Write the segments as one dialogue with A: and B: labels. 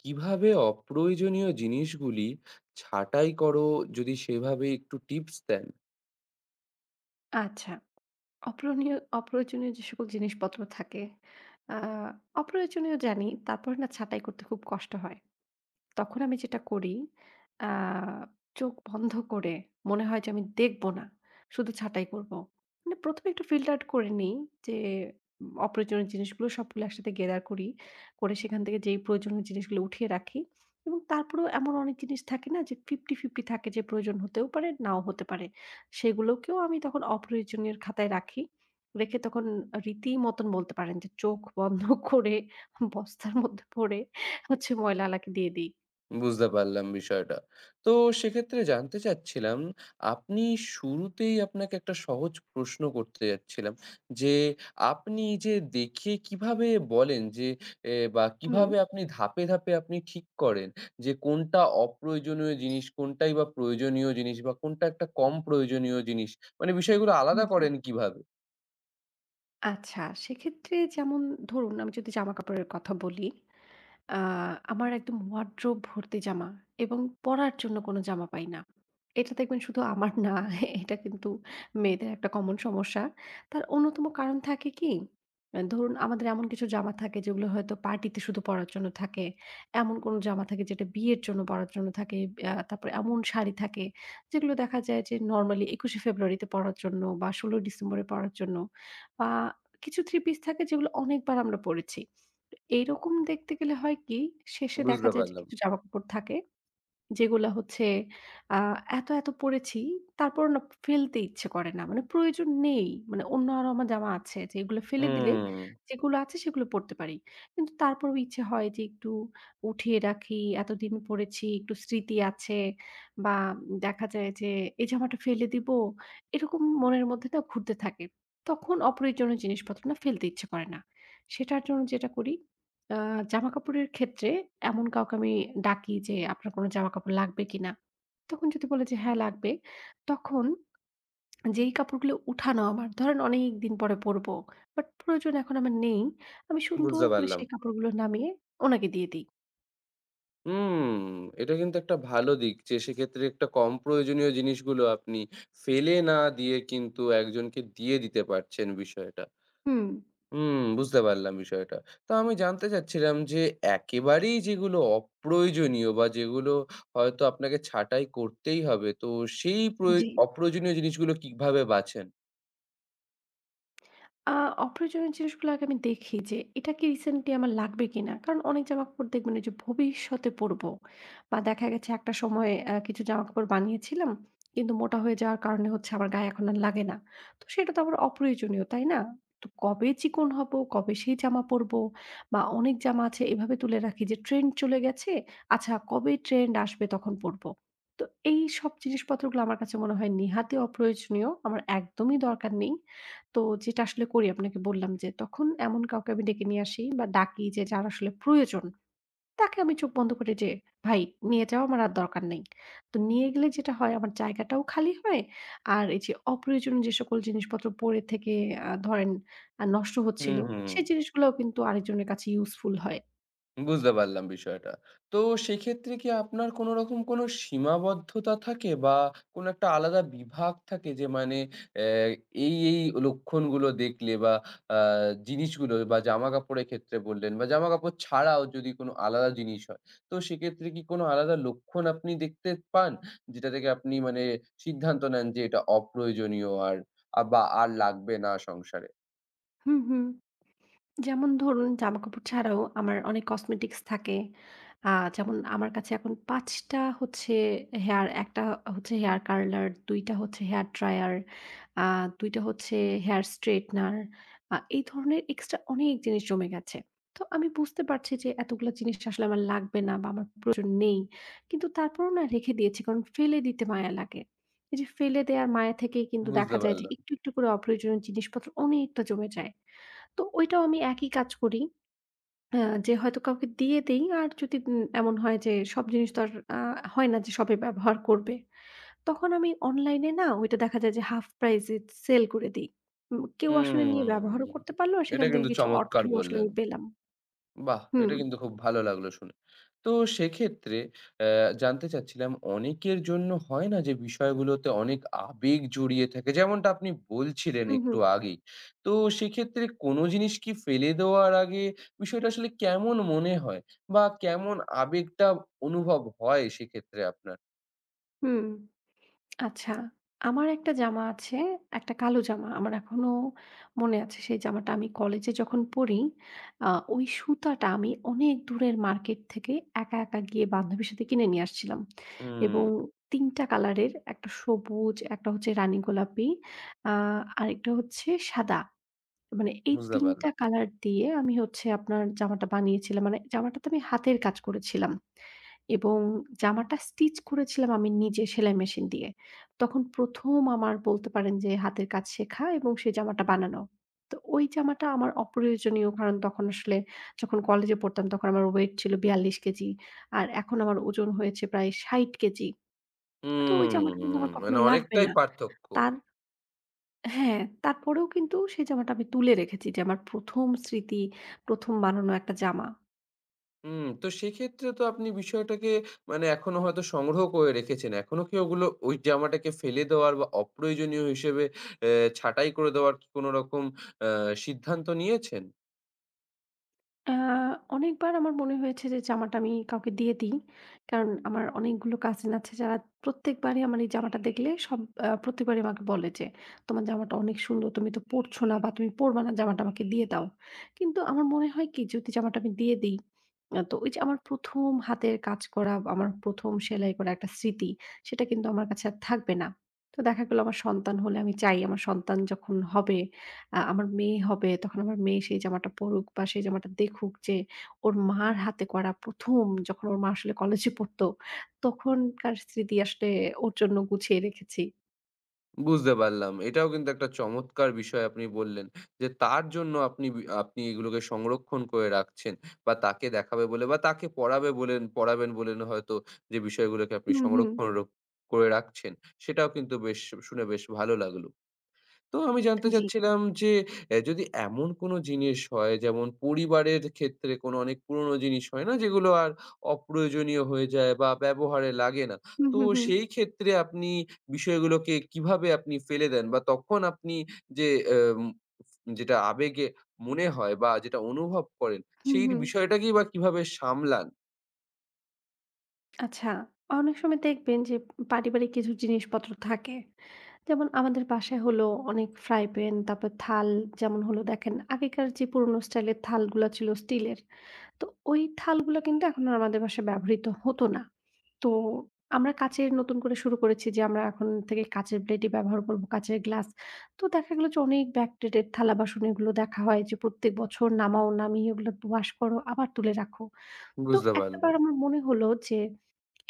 A: কিভাবে অপ্রয়োজনীয় জিনিসগুলি ছাঁটাই করো যদি সেভাবে একটু টিপস দেন?
B: আচ্ছা। অপ্রয়োজনীয় যে সকল জিনিসপত্র থাকে, আ অপ্রয়োজনীয় জানি, তারপরে না ছাঁটাই করতে খুব কষ্ট হয়। তখন আমি যেটা করি, আ চোখ বন্ধ করে মনে হয় যে আমি দেখব না। শুধু ছাঁটাই করব। মানে ১ম এ একটু ফিল্টার আউট করে নিই যে অপ্রয়োজনীয় জিনিসগুলো সবগুলো একসাথে gather করি। করে সেখান থেকে যেই প্রয়োজনীয় জিনিসগুলো উঠিয়ে রাখি এবং তারপরেও এমন অনেক জিনিস থাকে না যে 50-50 থাকে যে প্রয়োজন হতেও পারে, নাও হতে পারে। সেগুলোকেও আমি তখন অপ্রয়োজনীয়ের খাতায় রাখি। রেখে তখন রীতিমতন বলতে পারেন যে চোখ বন্ধ করে বস্তার মধ্যে ভরে হচ্ছে ময়লা আলাকে দিয়ে দিই।
A: বুঝতে পারলাম বিষয়টা। তো সেক্ষেত্রে জানতে চাচ্ছিলাম, আপনি শুরুতেই আপনাকে একটা সহজ প্রশ্ন করতে যাচ্ছিলাম যে, আপনি যে দেখে কিভাবে বলেন যে এ বা
B: হুম,
A: কিভাবে আপনি ধাপে, ধাপে আপনি ঠিক করেন যে কোনটা অপ্রয়োজনীয় জিনিস, কোনটাই বা প্রয়োজনীয় জিনিস বা কোনটা একটা কম প্রয়োজনীয় জিনিস? মানে বিষয়গুলো আলাদা
B: জি।
A: করেন কিভাবে?
B: আচ্ছা, সেক্ষেত্রে যেমন ধরুন আমি যদি জামাকাপড়ের কথা বলি। আ আমার একদম ওয়ারড্রোব ভর্তি জামা এবং পড়ার জন্য কোনো জামা পাই না। এটা দেখবেন শুধু আমার না, এটা কিন্তু মেয়েদের একটা কমন সমস্যা। তার অন্যতম কারণ থাকে কি? ধরুন আমাদের এমন কিছু জামা থাকে যেগুলো হয়তো পার্টিতে শুধু পড়ার জন্য থাকে। এমন কোনো জামা থাকে যেটা বিয়ের জন্য পড়ার জন্য থাকে। তারপরে এমন শাড়ি থাকে যেগুলো দেখা যায় যে নরমালি ২১শে ফেব্রুয়ারিতে পড়ার জন্য বা ১৬ই ডিসেম্বরে পড়ার জন্য বা কিছু থ্রি পিস থাকে যেগুলো অনেকবার আমরা পড়েছি। এইরকম দেখতে গেলে হয় কি, শেষে দেখা
A: বুঝতে
B: যায় যে
A: পারলাম।
B: কিছু জামাকাপড় থাকে, যেগুলা হচ্ছে আ এত, এত পড়েছি তারপরও না ফেলতে ইচ্ছে করে না। মানে প্রয়োজন নেই। মানে অন্য আরো আমার জামা আছে যে এগুলো ফেলে দিলে
A: হুম,
B: যেগুলো আছে সেগুলো পড়তে পারি। কিন্তু তারপরেও ইচ্ছে হয় যে একটু উঠিয়ে রাখি, এতদিন পড়েছি, একটু স্মৃতি আছে বা দেখা যায় যে এই জামাটা ফেলে দিব, এরকম মনের মধ্যে না ঘুরতে থাকে। তখন অপ্রয়োজনীয় জিনিসপত্র না ফেলতে ইচ্ছে করে না। সেটার জন্য যেটা করি আ জামাকাপড়ের ক্ষেত্রে এমন কাউকে আমি ডাকি যে, "আপনার কোনো জামাকাপড় লাগবে কিনা?" তখন যদি বলে যে, "হ্যাঁ, লাগবে।" তখন যেই কাপড়গুলো উঠানো আমার, ধরেন অনেকদিন পরে পরবো। বাট প্রয়োজন এখন আমার নেই। আমি সুন্দর
A: বুঝতে
B: করে
A: পারলাম।
B: সেই কাপড়গুলো নামিয়ে ওনাকে দিয়ে দেই।
A: হুম, এটা কিন্তু একটা ভালো দিক যে সেক্ষেত্রে একটা কম প্রয়োজনীয় জিনিসগুলো আপনি ফেলে না দিয়ে কিন্তু একজনকে দিয়ে দিতে পারছেন বিষয়টা।
B: হুম।
A: হুম, বুঝতে পারলাম বিষয়টা। তো আমি জানতে চাচ্ছিলাম যে একেবারেই যেগুলো অপ্রয়োজনীয় বা যেগুলো হয়তো আপনাকে ছাঁটাই করতেই হবে, তো সেই প্রয়ো
B: জি।
A: অপ্রয়োজনীয় জিনিসগুলো কিভাবে বাছেন?
B: আ অপ্রয়োজনীয় জিনিসগুলো আগে আমি দেখি যে এটা কি রিসেন্টলি আমার লাগবে কিনা। কারণ অনেক জামাকাপড় দেখবেন ওই যে ভবিষ্যতে পড়বো বা দেখা গেছে একটা সময় কিছু জামাকাপড় বানিয়েছিলাম। কিন্তু মোটা হয়ে যাওয়ার কারণে হচ্ছে আমার গায়ে এখন আর লাগে না। তো সেটা তো আবার অপ্রয়োজনীয়, তাই না? তো কবে চিকন হবো, কবে সেই জামা পরবো বা অনেক জামা আছে এভাবে তুলে রাখি যে ট্রেন্ড চলে গেছে। আচ্ছা কবে ট্রেন্ড আসবে তখন পরবো। তো এইসব জিনিসপত্রগুলো আমার কাছে মনে হয় নেহাতই অপ্রয়োজনীয়। আমার একদমই দরকার নেই। তো যেটা আসলে করি আপনাকে বললাম যে, তখন এমন কাউকে আমি ডেকে নিয়ে আসি বা ডাকি যে যার আসলে প্রয়োজন। তাকে আমি চোখ বন্ধ করে যে, "ভাই নিয়ে যাও আমার আর দরকার নেই।" তো নিয়ে গেলে যেটা হয় আমার জায়গাটাও খালি হয়। আর এই যে অপ্রয়োজনীয় যে সকল জিনিসপত্র পড়ে থেকে ধরেন নষ্ট হচ্ছিল,
A: হুম, হুম।
B: সেই জিনিসগুলাও কিন্তু আরেকজনের কাছে ইউজফুল হয়।
A: বুঝতে পারলাম বিষয়টা। তো সেক্ষেত্রে কি আপনার কোনো রকম কোনো সীমাবদ্ধতা থাকে বা কোনো একটা আলাদা বিভাগ থাকে যে মানে অ্যা এই লক্ষণগুলো দেখলে বা আ জিনিসগুলো বা জামাকাপড়ের ক্ষেত্রে বললেন বা জামাকাপড় ছাড়াও যদি কোনো আলাদা জিনিস হয়, তো সেক্ষেত্রে কি কোনো আলাদা লক্ষণ আপনি দেখতে পান? যেটা থেকে আপনি মানে সিদ্ধান্ত নেন যে এটা অপ্রয়োজনীয় আর বা আর লাগবে না সংসারে?
B: হুম, হুম। যেমন ধরুন জামাকাপড় ছাড়াও আমার অনেক কসমেটিক্স থাকে। যেমন আমার কাছে এখন ৫ টা হচ্ছে হেয়ার ১ টা হচ্ছে হেয়ার কার্লার, ২ টা হচ্ছে হেয়ার ড্রায়ার, আ ২ টা হচ্ছে হেয়ার স্ট্রেটনার। এই ধরনের এক্সট্রা অনেক জিনিস জমে গেছে। তো আমি বুঝতে পারছি যে এতগুলা জিনিস আসলে আমার লাগবে না বা আমার প্রয়োজন নেই। কিন্তু তারপরেও না রেখে দিয়েছি কারণ ফেলে দিতে মায়া লাগে। এই যে ফেলে দেয়ার মায়া থেকেই কিন্তু
A: বুঝতে
B: দেখা যায় যে
A: পারলাম।
B: একটু, একটু করে অপ্রয়োজনীয় জিনিসপত্র অনেকটা জমে যায়। তো ওইটাও আমি একই কাজ করি। আ যে হয়তো কাউকে দিয়ে দেই। আর যদি এমন হয় যে সব জিনিস তো আর হয় না যে সবাই ব্যবহার করবে। তখন আমি অনলাইনে না ওইটা দেখা যায় যে হাফ প্রাইজ এ সেল করে দেই। কেউ আসলে নিয়ে
A: হুম।
B: ব্যবহারও করতে পারলো আর
A: এটা
B: সেখান থেকে
A: কিন্তু
B: কিছু
A: চমৎকার
B: অর্থও আসলে
A: বললেন।
B: আমি পেলাম।
A: বাহ!
B: হুম।
A: এটা কিন্তু খুব ভালো লাগলো শুনে। তো সেক্ষেত্রে অ্যা জানতে চাচ্ছিলাম অনেকের জন্য হয় না যে বিষয়গুলোতে অনেক আবেগ জড়িয়ে থাকে যেমনটা আপনি বলছিলেন
B: হু, হু,
A: একটু আগেই। তো সেক্ষেত্রে কোনো জিনিস কি ফেলে দেওয়ার আগে বিষয়টা আসলে কেমন মনে হয়? বা কেমন আবেগটা অনুভব হয় সেক্ষেত্রে আপনার?
B: হুম। আচ্ছা। আমার একটা জামা আছে, একটা কালো জামা। আমার এখনো মনে আছে সেই জামাটা আমি কলেজে যখন পড়ি, আ ওই সুতাটা আমি অনেক দূরের মার্কেট থেকে একা, একা গিয়ে বান্ধবীর সাথে কিনে নিয়ে আসছিলাম।
A: হুম।
B: এবং ৩ টা কালারের একটা সবুজ, একটা হচ্ছে রানী গোলাপি, আ আরেকটা হচ্ছে সাদা। মানে এই
A: বুঝতে
B: ৩ টা
A: পারলাম।
B: কালার দিয়ে আমি হচ্ছে আপনার জামাটা বানিয়েছিলাম। মানে জামাটাতে আমি হাতের কাজ করেছিলাম। এবং জামাটা স্টিচ করেছিলাম আমি নিজে সেলাই মেশিন দিয়ে। তখন ১ম আমার বলতে পারেন যে হাতের কাজ শেখা এবং সেই জামাটা বানানো। তো ওই জামাটা আমার অপ্রয়োজনীয় কারণ তখন আসলে যখন কলেজে পড়তাম তখন আমার ওয়েট ছিল ৪২ কেজি। আর এখন আমার ওজন হয়েছে প্রায় ৬০ কেজি। তো ওই
A: হুম,
B: জামাটা কিন্তু আমার কখনো
A: মানে
B: লাগবে
A: অনেকটাই
B: না।
A: পার্থক্য।
B: তার হ্যাঁ, তারপরেও কিন্তু সেই জামাটা আমি তুলে রেখেছি যে আমার ১ম স্মৃতি, ১ম বানানো একটা জামা।
A: হুম, তো সেক্ষেত্রে তো আপনি বিষয়টাকে মানে এখনো হয়তো সংগ্রহ করে রেখেছেন। এখনো কি ওগুলো ওই জামাটাকে ফেলে দেওয়ার বা অপ্রয়োজনীয় হিসেবে এ ছাঁটাই করে দেওয়ার কি কোনো রকম আ সিদ্ধান্ত নিয়েছেন?
B: আ অনেকবার আমার মনে হয়েছে যে জামাটা আমি কাউকে দিয়ে দিই। কারণ আমার অনেকগুলো কাজিন আছে যারা প্রত্যেকবারই আমার এই জামাটা দেখলে সব আ প্রত্যেকবারই আমাকে বলে যে, "তোমার জামাটা অনেক সুন্দর। তুমি তো পড়ছো না বা তুমি পড়বা না জামাটা আমাকে দিয়ে দাও।" কিন্তু আমার মনে হয় কি যদি জামাটা আমি দিয়ে দিই, তো ওই যে আমার ১ম হাতের কাজ করা, বা আমার ১ম সেলাই করা একটা স্মৃতি সেটা কিন্তু আমার কাছে আর থাকবে না। তো দেখা গেল আমার সন্তান হলে আমি চাই আমার সন্তান যখন হবে আমার মেয়ে হবে তখন আমার মেয়ে সেই জামাটা পড়ুক বা সেই জামাটা দেখুক যে ওর মার হাতে করা ১ম যখন ওর মা আসলে কলেজে পড়তো তখনকার স্মৃতি আসলে ওর জন্য গুছিয়ে রেখেছি।
A: বুঝতে পারলাম। এটাও কিন্তু একটা চমৎকার বিষয় আপনি বললেন যে, তার জন্য আপনি এগুলোকে সংরক্ষণ করে রাখছেন বা তাকে দেখাবে বলে বা তাকে পড়াবে বলেন পড়াবেন বলেন হয়তো যে বিষয়গুলোকে আপনি
B: হুম, হুম।
A: সংরক্ষণ র করে রাখছেন। সেটাও কিন্তু বেশ শুনে বেশ ভালো লাগলো। তো আমি জানতে
B: জি।
A: চাচ্ছিলাম যে, যদি এমন কোনো জিনিস হয় যেমন পরিবারের ক্ষেত্রে কোনো অনেক পুরনো জিনিস হয় না? যেগুলো আর অপ্রয়োজনীয় হয়ে যায় বা ব্যবহারে লাগে না।
B: হুম,
A: তো
B: হুম, হুম।
A: সেই ক্ষেত্রে আপনি বিষয়গুলোকে কিভাবে আপনি ফেলে দেন? বা তখন আপনি যে এম যেটা আবেগে মনে হয় বা যেটা অনুভব করেন,
B: হুম,
A: সেই
B: হুম।
A: বিষয়টাকেই বা কিভাবে সামলান?
B: আচ্ছা, অনেক সময় দেখবেন যে পারিবারিক কিছু জিনিসপত্র থাকে। যেমন আমাদের বাসায় হলো অনেক ফ্রাই প্যান, তারপর যেমন হলো দেখেন আগেকার যে পুরোনো স্টাইলের থালগুলা ছিল স্টিলের। তো ওই থালগুলা কিন্তু এখন আর আমাদের বাসায় ব্যবহৃত হতো না। তো আমরা কাঁচের নতুন করে শুরু করেছি যে আমরা এখন থেকে কাঁচের প্লেটই ব্যবহার করব, কাঁচের গ্লাস। তো দেখা গেল যে অনেক ব্যাকডেটেড থালা বাসন এগুলো দেখা হয় যে প্রত্যেক বছর নামাও, নামিয়ে ওগুলো ওয়াশ করো, আবার তুলে রাখো। তো
A: বুঝতে
B: একটাবার
A: পারলাম।
B: আমার মনে হলো যে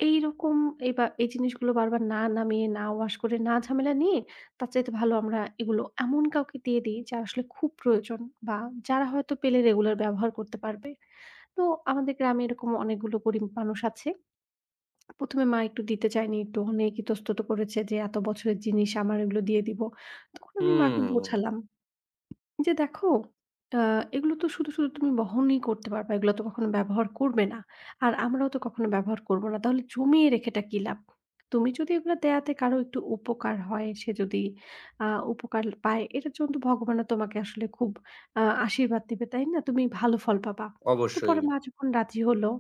B: এইরকম এই জিনিসগুলো বারবার না নামিয়ে, না ওয়াশ করে, না ঝামেলা নিয়ে, তার চাইতে ভালো আমরা এগুলো এমন কাউকে দিয়ে দিই, যা আসলে খুব প্রয়োজন বা যারা হয়তো পেলে রেগুলার ব্যবহার করতে পারবে। তো আমাদের গ্রামে এরকম অনেকগুলো গরিব মানুষ আছে। ১ম এ মা একটু দিতে চায়নি, একটু অনেক ইতস্তত করেছে যে, "এত বছরের জিনিস আমার এগুলো দিয়ে দিব।" তখন আমি মাকে
A: হুম,
B: বোঝালাম। যে দেখো, আ এগুলো তো শুধু, শুধু তুমি বহনই করতে পারবা। এগুলো তো কখনো ব্যবহার করবে না। আর আমরাও তো কখনো ব্যবহার করব না। তাহলে জমিয়ে রেখেটা কি লাভ? তুমি যদি এগুলো দেয়াতে কারো একটু উপকার হয়, সে যদি আ উপকার পায়, এটার জন্য তো ভগবানও তোমাকে আসলে খুব আশীর্বাদ দিবে, তাই না? তুমি ভালো ফল পাবা। তো
A: অবশ্যই।
B: পরে মা যখন রাজি হলো,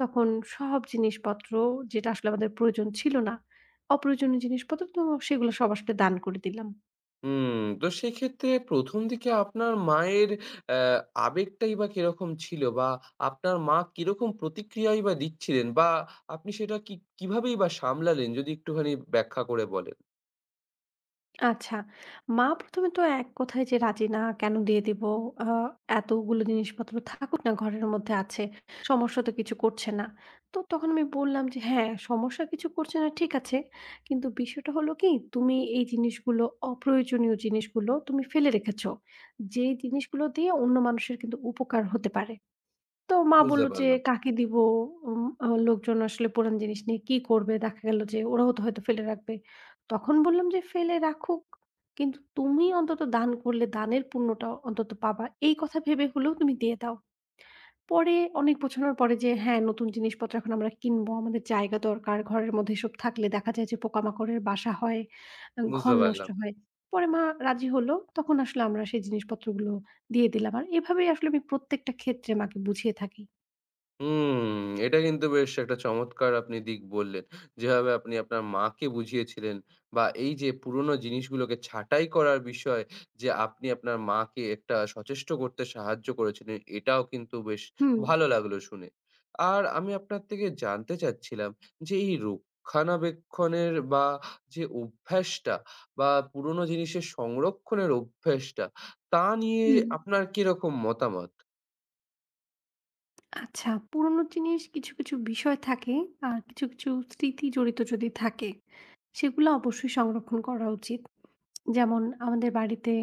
B: তখন সব জিনিসপত্র যেটা আসলে আমাদের প্রয়োজন ছিল না, অপ্রয়োজনীয় জিনিসপত্র তো সেগুলো সব আসলে দান করে দিলাম।
A: হুম, তো সেক্ষেত্রে ১ম দিকে আপনার মায়ের অ্যা আবেগটাই বা কিরকম ছিল? বা আপনার মা কিরকম প্রতিক্রিয়াই বা দিচ্ছিলেন? বা আপনি সেটা কি কিভাবেই বা সামলালেন? যদি একটুখানি ব্যাখ্যা করে বলেন।
B: আচ্ছা। মা ১ম এ তো এক কথায় যে রাজি না, কেন দিয়ে দিব? আ এতগুলো জিনিসপত্র থাকুক না ঘরের মধ্যে আছে। সমস্যা তো কিছু করছে না। তো তখন আমি বললাম যে, "হ্যাঁ, সমস্যা কিছু করছে না ঠিক আছে। কিন্তু বিষয়টা হলো কি তুমি এই জিনিসগুলো অপ্রয়োজনীয় জিনিসগুলো তুমি ফেলে রেখেছ। যেই জিনিসগুলো দিয়ে অন্য মানুষের কিন্তু উপকার হতে পারে।" তো মা
A: বুঝতে
B: বলল যে,
A: পারলাম,
B: "কাকে দিব? উম আ লোকজন আসলে পুরান জিনিস নিয়ে কি করবে? দেখা গেল যে ওরাও তো হয়তো ফেলে রাখবে।" তখন বললাম যে, "ফেলে রাখুক। কিন্তু তুমি অন্তত দান করলে দানের পুণ্যটা অন্তত পাবা। এই কথা ভেবে হলেও তুমি দিয়ে দাও।" পরে অনেক বোঝানোর পরে যে হ্যাঁ, নতুন জিনিসপত্র এখন আমরা কিনবো। আমাদের জায়গা দরকার। ঘরের মধ্যে এসব থাকলে দেখা যায় যে পোকামাকড়ের বাসা হয়,
A: বুঝতে
B: ঘর নষ্ট
A: পারলাম।
B: হয়। পরে মা রাজি হলো। তখন আসলে আমরা সেই জিনিসপত্রগুলো দিয়ে দিলাম। আর এভাবেই আসলে আমি প্রত্যেকটা ক্ষেত্রে মাকে বুঝিয়ে থাকি।
A: হুম, এটা কিন্তু বেশ একটা চমৎকার আপনি দিক বললেন। যেভাবে আপনি আপনার মাকে বুঝিয়েছিলেন বা এই যে পুরনো জিনিসগুলোকে ছাঁটাই করার বিষয় যে আপনি আপনার মাকে একটা সচেষ্ট করতে সাহায্য করেছিলেন, এটাও কিন্তু বেশ
B: হুম,
A: ভালো লাগলো শুনে। আর আমি আপনার থেকে জানতে চাচ্ছিলাম যে এই রক্ষণাবেক্ষণের বা যে অভ্যাসটা বা পুরনো জিনিসের সংরক্ষণের অভ্যাসটা, তা নিয়ে
B: হুম।
A: আপনার কিরকম মতামত?
B: আচ্ছা, পুরনো জিনিস কিছু, কিছু বিষয় থাকে আর কিছু, কিছু স্মৃতি জড়িত যদি থাকে, সেগুলো অবশ্যই সংরক্ষণ করা উচিত। যেমন আমাদের বাড়িতে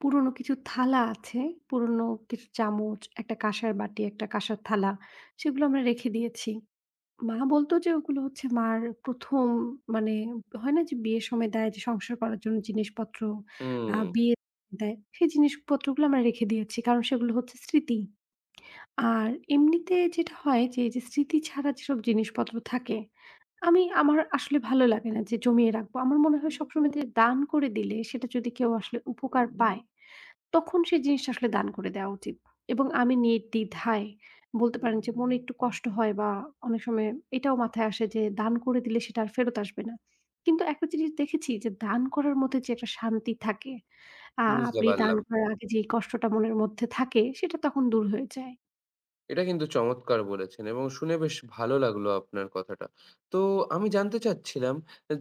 B: পুরনো কিছু থালা আছে, পুরনো কিছু চামচ, একটা কাঁসার বাটি, একটা কাঁসার থালা, সেগুলো আমরা রেখে দিয়েছি। মা বলত যে ওগুলো হচ্ছে মার ১ম মানে হয় না যে বিয়ের সময় দেয় যে সংসার করার জন্য জিনিসপত্র
A: হুম,
B: বিয়ে দেয়, সেই জিনিসপত্রগুলো আমরা রেখে দিয়েছি। কারণ সেগুলো হচ্ছে স্মৃতি। আর এমনিতে যেটা হয় যে, এই যে স্মৃতি ছাড়া যেসব জিনিসপত্র থাকে, আমি আমার আসলে ভালো লাগে না যে জমিয়ে রাখবো। আমার মনে হয় সবসময় যে দান করে দিলে সেটা যদি কেউ আসলে উপকার পায়, তখন সেই জিনিসটা আসলে দান করে দেওয়া উচিত। এবং আমি নির্দ্বিধায় বলতে পারেন যে মনে একটু কষ্ট হয় বা অনেক সময় এটাও মাথায় আসে যে দান করে দিলে সেটা আর ফেরত আসবে না। কিন্তু একটা জিনিস দেখেছি যে দান করার মধ্যে যে একটা শান্তি থাকে, আ
A: বুঝতে
B: আপনি দান
A: পারলাম।
B: করার আগে যে কষ্টটা মনের মধ্যে থাকে সেটা তখন দূর হয়ে যায়।
A: এটা কিন্তু চমৎকার বলেছেন এবং শুনে বেশ ভালো লাগলো আপনার কথাটা। তো আমি জানতে চাচ্ছিলাম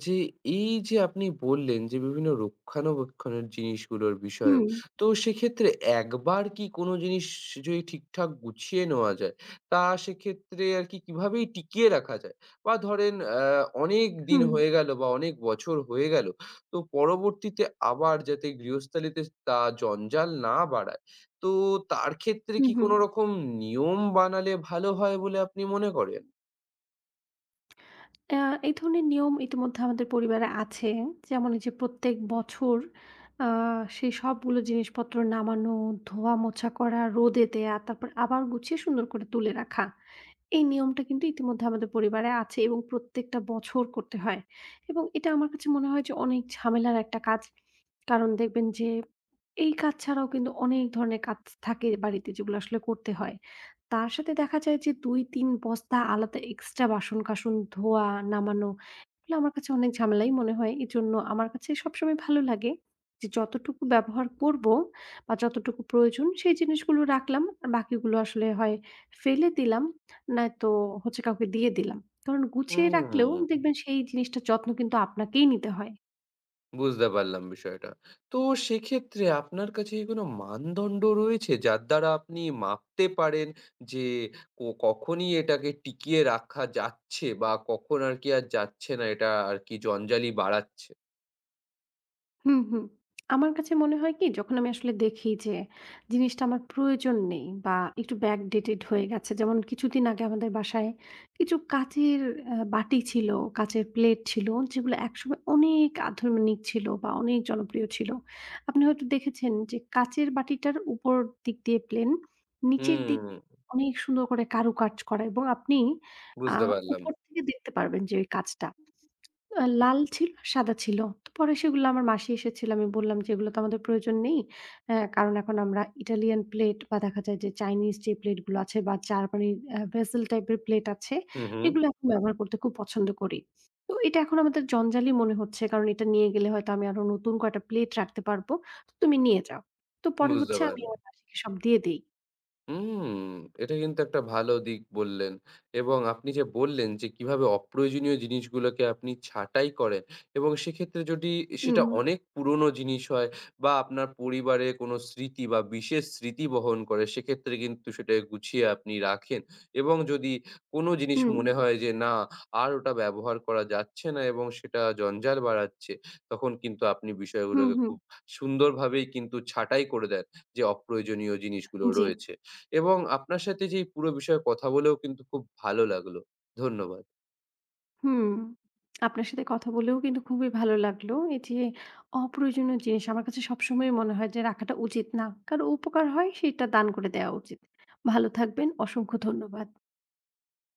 A: যে এই যে আপনি বললেন যে বিভিন্ন রক্ষণাবেক্ষণের জিনিসগুলোর বিষয়েও,
B: হুম।
A: তো সেক্ষেত্রে একবার কি কোনো জিনিস যদি ঠিকঠাক গুছিয়ে নেওয়া যায়, তা সেক্ষেত্রে আর কি কিভাবেই টিকিয়ে রাখা যায়? বা ধরেন আ অনেক দিন
B: হুম,
A: হয়ে গেল বা অনেক বছর হয়ে গেল, তো পরবর্তীতে আবার যাতে গৃহস্থালিতে তা জঞ্জাল না বাড়ায় তো তার ক্ষেত্রে
B: হুম,
A: কি
B: হুম।
A: কোনো রকম নিয়ম বানালে ভালো হয় বলে আপনি মনে করেন?
B: আ এই ধরনের নিয়ম ইতিমধ্যে আমাদের পরিবারে আছে। যেমন এই যে প্রত্যেক বছর আ সেই সবগুলো জিনিসপত্র নামানো, ধোয়া মোছা করা, রোদে দেয়া, তারপর আবার গুছিয়ে সুন্দর করে তুলে রাখা। এই নিয়মটা কিন্তু ইতিমধ্যে আমাদের পরিবারে আছে এবং প্রত্যেকটা বছর করতে হয়। এবং এটা আমার কাছে মনে হয় যে অনেক ঝামেলার একটা কাজ। কারণ দেখবেন যে এই কাজ ছাড়াও কিন্তু অনেক ধরনের কাজ থাকে বাড়িতে যেগুলো আসলে করতে হয়। তার সাথে দেখা যায় যে ২-৩ বস্তা আলাদা এক্সট্রা বাসন-কাসন ধোয়া, নামানো এগুলো আমার কাছে অনেক ঝামেলাই মনে হয়। এজন্য আমার কাছে সবসময় ভালো লাগে যে যতটুকু ব্যবহার করব বা যতটুকু প্রয়োজন সেই জিনিসগুলো রাখলাম। আর বাকিগুলো আসলে হয় ফেলে দিলাম, নয়তো হচ্ছে কাউকে দিয়ে দিলাম। কারণ গুছিয়ে রাখলেও
A: হুম,
B: দেখবেন সেই জিনিসটার যত্ন কিন্তু আপনাকেই নিতে হয়।
A: বুঝতে পারলাম বিষয়টা। তো সেক্ষেত্রে আপনার কাছে কি কোনো মানদণ্ড রয়েছে যার দ্বারা আপনি মাপতে পারেন যে কখনই এটাকে টিকিয়ে রাখা যাচ্ছে বা কখন আর কি আর যাচ্ছে না এটা আর কি জঞ্জালি বাড়াচ্ছে?
B: হুম, হুম। আমার কাছে মনে হয় কি যখন আমি আসলে দেখি যে জিনিসটা আমার প্রয়োজন নেই বা একটু backdated হয়ে গেছে। যেমন কিছুদিন আগে আমাদের বাসায় কিছু কাঁচের বাটি ছিল, কাঁচের প্লেট ছিল যেগুলো একসময় অনেক আধুনিক ছিল বা অনেক জনপ্রিয় ছিল। আপনি হয়তো দেখেছেন যে কাঁচের বাটিটার উপর দিক দিয়ে প্লেন, নিচের
A: হুম,
B: দিক অনেক সুন্দর করে কারুকাজ করা এবং আপনি আ
A: বুঝতে পারলাম।
B: উপর থেকে দেখতে পারবেন যে ওই কাজটা। লাল ছিল, আর সাদা ছিল। তো পরে সেগুলো আমার মাসি এসেছিল। আমি বললাম যে, "এগুলো তো আমাদের প্রয়োজন নেই। অ্যা কারণ এখন আমরা ইটালিয়ান প্লেট বা দেখা যায় যে চাইনিজ যে প্লেটগুলো আছে বা জার্মানি ভেসেল টাইপের প্লেট আছে,
A: হু, হু,
B: এগুলো এখন ব্যবহার করতে খুব পছন্দ করি।" তো এটা এখন আমাদের জঞ্জালি মনে হচ্ছে। কারণ এটা নিয়ে গেলে হয়তো আমি আরো নতুন কয়েকটা প্লেট রাখতে পারবো। তো তুমি নিয়ে যাও। তো পরে
A: বুঝতে
B: হচ্ছে আমি
A: পারলাম।
B: আমার মাসিকে সব দিয়ে দেই।
A: হুম, এটা কিন্তু একটা ভালো দিক বললেন এবং আপনি যে বললেন যে কিভাবে অপ্রয়োজনীয় জিনিসগুলোকে আপনি ছাঁটাই করেন এবং সেক্ষেত্রে যদি সেটা
B: হুম,
A: অনেক পুরনো জিনিস হয় বা আপনার পরিবারে কোনো স্মৃতি বা বিশেষ স্মৃতি বহন করে সেক্ষেত্রে কিন্তু সেটা গুছিয়ে আপনি রাখেন এবং যদি কোনো জিনিস
B: হুম,
A: মনে হয় যে না আর ওটা ব্যবহার করা যাচ্ছে না এবং সেটা জঞ্জাল বাড়াচ্ছে তখন কিন্তু আপনি
B: হুম,
A: বিষয়গুলোকে
B: হুম,
A: খুব সুন্দরভাবেই কিন্তু ছাঁটাই করে দেন যে অপ্রয়োজনীয় জিনিসগুলো
B: জি।
A: রয়েছে এবং আপনার সাথে যে এই পুরো বিষয়ে কথা বলেও কিন্তু খুব ভালো লাগলো। ধন্যবাদ।
B: হুম। আপনার সাথে কথা বলেও কিন্তু খুবই ভালো লাগলো। এই যে অপ্রয়োজনীয় জিনিস আমার কাছে সবসময়ই মনে হয় যে রাখাটা উচিত না। কারো উপকার হয় সেটা দান করে দেওয়া উচিত। ভালো থাকবেন। অসংখ্য ধন্যবাদ।